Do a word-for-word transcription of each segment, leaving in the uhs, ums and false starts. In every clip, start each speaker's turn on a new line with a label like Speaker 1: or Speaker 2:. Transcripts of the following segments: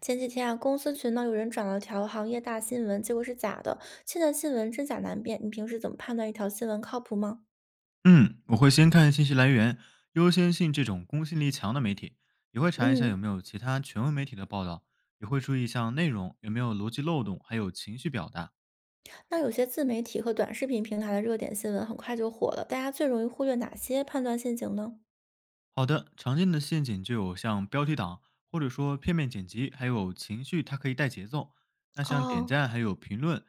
Speaker 1: 前几天啊，公司群呢有人转了条行业大新闻，结果是假的。现在新闻真假难辨，你平时怎么判断一条新闻靠谱吗？
Speaker 2: 嗯，我会先看信息来源，优先信这种公信力强的媒体，也会查一下
Speaker 1: 嗯，
Speaker 2: 有没有其他权威媒体的报道，也会注意像内容有没有逻辑漏洞，还有情绪表达。
Speaker 1: 那有些自媒体和短视频平台的热点新闻很快就火了，大家最容易忽略哪些判断陷阱呢？
Speaker 2: 好的，常见的陷阱就有像标题党，或者说片面剪辑，还有情绪它可以带节奏。那像点
Speaker 1: 哦，
Speaker 2: 赞还有评论，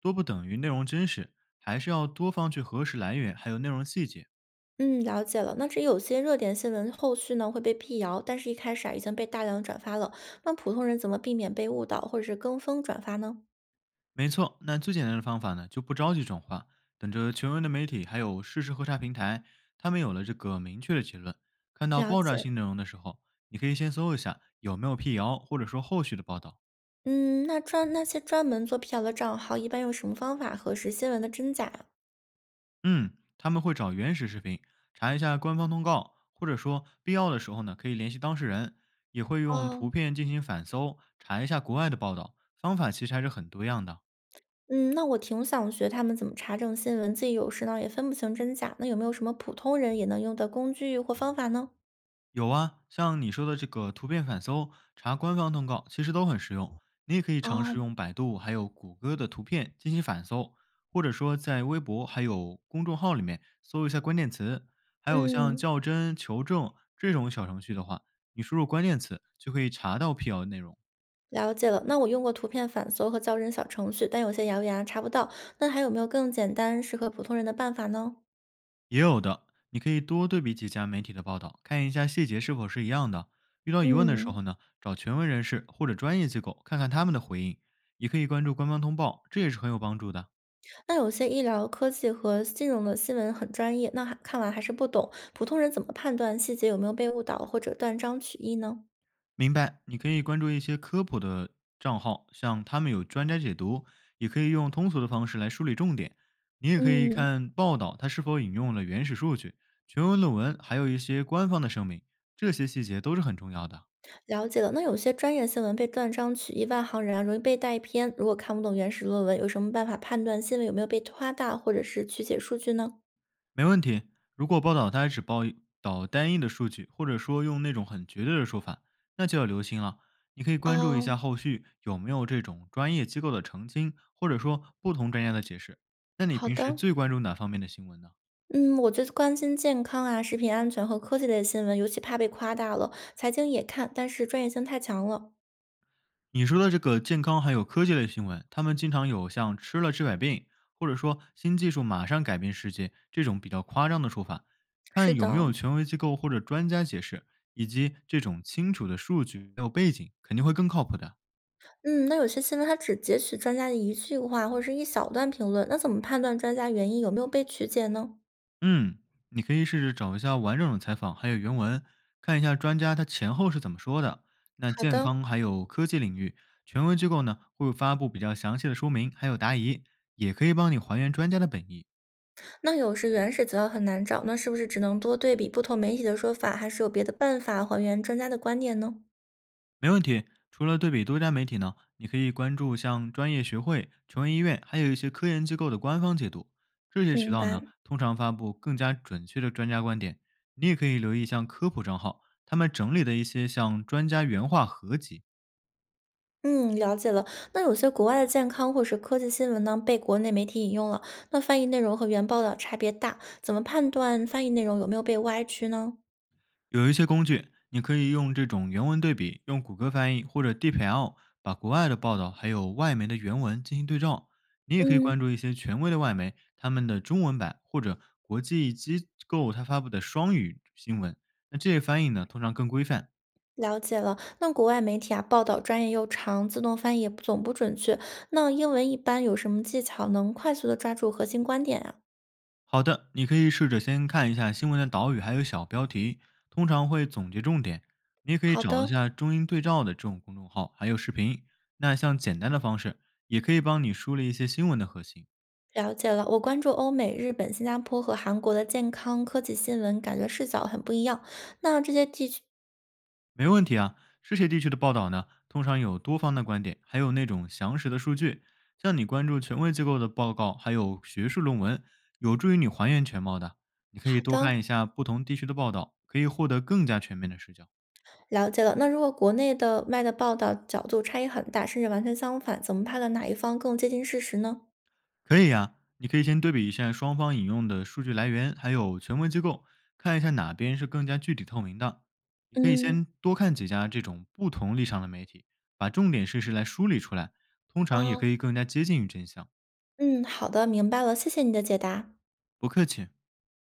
Speaker 2: 多不等于内容真实，还是要多方去核实来源，还有内容细节。
Speaker 1: 嗯，了解了。那这有些热点新闻后续呢会被辟谣，但是一开始啊已经被大量转发了。那普通人怎么避免被误导或者是跟风转发呢？
Speaker 2: 没错，那最简单的方法呢，就不着急转化，等着权威的媒体还有事实核查平台，他们有了这个明确的结论，看到
Speaker 1: 了
Speaker 2: 爆炸
Speaker 1: 解。
Speaker 2: 性内容的时候，你可以先搜一下有没有辟谣，或者说后续的报道。
Speaker 1: 嗯，那专那些专门做辟谣的账号，一般用什么方法核实新闻的真假呀？
Speaker 2: 嗯，他们会找原始视频，查一下官方通告，或者说必要的时候呢，可以联系当事人，也会用图
Speaker 1: 哦，
Speaker 2: 片进行反搜，查一下国外的报道。方法其实还是很多样的。
Speaker 1: 嗯，那我挺想学他们怎么查证新闻，自己有时呢也分不清真假。那有没有什么普通人也能用的工具或方法呢？
Speaker 2: 有啊，像你说的这个图片反搜、查官方通告，其实都很实用。你也可以尝试
Speaker 1: 哦，
Speaker 2: 用百度还有谷歌的图片进行反搜，或者说在微博还有公众号里面搜一下关键词。还有像
Speaker 1: 嗯，
Speaker 2: 较真、求证这种小程序的话，你输入关键词就可以查到辟谣内容。
Speaker 1: 了解了。那我用过图片反搜和校正小程序，但有些谣言啊查不到。那还有没有更简单、适合普通人的办法呢？
Speaker 2: 也有的，你可以多对比几家媒体的报道，看一下细节是否是一样的。遇到疑问的时
Speaker 1: 嗯，
Speaker 2: 候呢，找权威人士或者专业机构看看他们的回应，也可以关注官方通报，这也是很有帮助的。
Speaker 1: 那有些医疗、科技和金融的新闻很专业，那还看完还是不懂，普通人怎么判断细节有没有被误导或者断章取义呢？
Speaker 2: 明白？你可以关注一些科普的账号，像他们有专家解读，也可以用通俗的方式来梳理重点。你也可以
Speaker 1: 嗯。
Speaker 2: 看报道，它是否引用了原始数据、全文论文，还有一些官方的声明，这些细节都是很重要的。
Speaker 1: 了解了，那有些专业新闻被断章取义、外行人啊，容易被带偏。如果看不懂原始论文，有什么办法判断新闻有没有被夸大或者是曲解数据呢？
Speaker 2: 没问题。如果报道它只报道单一的数据，或者说用那种很绝对的说法，那就要留心了。你可以关注一下
Speaker 1: 哦，
Speaker 2: 后续有没有这种专业机构的澄清，或者说不同专家的解释。那你
Speaker 1: 好
Speaker 2: 平时
Speaker 1: 的。
Speaker 2: 最关注哪方面的新闻呢？
Speaker 1: 嗯，我最关心健康啊、食品安全和科技类新闻，尤其怕被夸大了。财经也看，但是专业性太强了。
Speaker 2: 你说的这个健康还有科技类新闻，他们经常有像“吃了治百病”或者说“新技术马上改变世界”这种比较夸张的说法，
Speaker 1: 是
Speaker 2: 看有没
Speaker 1: 的，
Speaker 2: 有权威机构或者专家解释，以及这种清楚的数据还有背景，肯定会更靠谱的。
Speaker 1: 嗯，那有些新闻它只截取专家的一句话或者是一小段评论，那怎么判断专家原因有没有被曲解呢？
Speaker 2: 嗯，你可以试着找一下完整的采访，还有原文，看一下专家他前后是怎么说的。那
Speaker 1: 好
Speaker 2: 健
Speaker 1: 的，
Speaker 2: 康还有科技领域，权威机构呢会发布比较详细的说明，还有答疑，也可以帮你还原专家的本意，
Speaker 1: 那有时原始资料很难找，那是不是只能多对比不同媒体的说法，还是有别的办法还原专家的观点呢？
Speaker 2: 没问题。除了对比多家媒体呢，你可以关注像专业学会、权威医院，还有一些科研机构的官方解读，这些渠
Speaker 1: 明
Speaker 2: 道
Speaker 1: 白，
Speaker 2: 呢通常发布更加准确的专家观点。你也可以留意像科普账号，他们整理的一些像专家原话合集。
Speaker 1: 嗯，了解了。那有些国外的健康或是科技新闻呢，被国内媒体引用了，那翻译内容和原报道差别大，怎么判断翻译内容有没有被歪曲呢？
Speaker 2: 有一些工具，你可以用这种原文对比，用谷歌翻译或者 d p l 把国外的报道还有外媒的原文进行对照。你也可以关
Speaker 1: 嗯，
Speaker 2: 注一些权威的外媒，他们的中文版或者国际机构它发布的双语新闻。那这些翻译呢，通常更规范。
Speaker 1: 了解了。那国外媒体啊，报道专业又长，自动翻译也不总不准确。那英文一般有什么技巧能快速的抓住核心观点啊？
Speaker 2: 好的，你可以试着先看一下新闻的导语，还有小标题，通常会总结重点。你也可以
Speaker 1: 好
Speaker 2: 找一
Speaker 1: 的，
Speaker 2: 下中英对照的这种公众号，还有视频。那像简单的方式，也可以帮你梳理一些新闻的核心。
Speaker 1: 了解了，我关注欧美、日本、新加坡和韩国的健康科技新闻，感觉视角很不一样。那这些地区，
Speaker 2: 没问题啊，这些地区的报道呢，通常有多方的观点，还有那种详实的数据。像你关注权威机构的报告，还有学术论文，有助于你还原全貌的。你可以
Speaker 1: 好
Speaker 2: 多看
Speaker 1: 的，
Speaker 2: 一下不同地区的报道，可以获得更加全面的视角。
Speaker 1: 了解了。那如果国内的外的报道角度差异很大，甚至完全相反，怎么判断哪一方更接近事实呢？
Speaker 2: 可以呀、你可以先对比一下双方引用的数据来源，还有权威机构，看一下哪边是更加具体透明的。你可以
Speaker 1: 嗯，
Speaker 2: 先多看几家这种不同立场的媒体，把重点事实来梳理出来，通常也可
Speaker 1: 哦，
Speaker 2: 以更加接近于真相。
Speaker 1: 嗯，好的，明白了，谢谢你的解答。
Speaker 2: 不客气。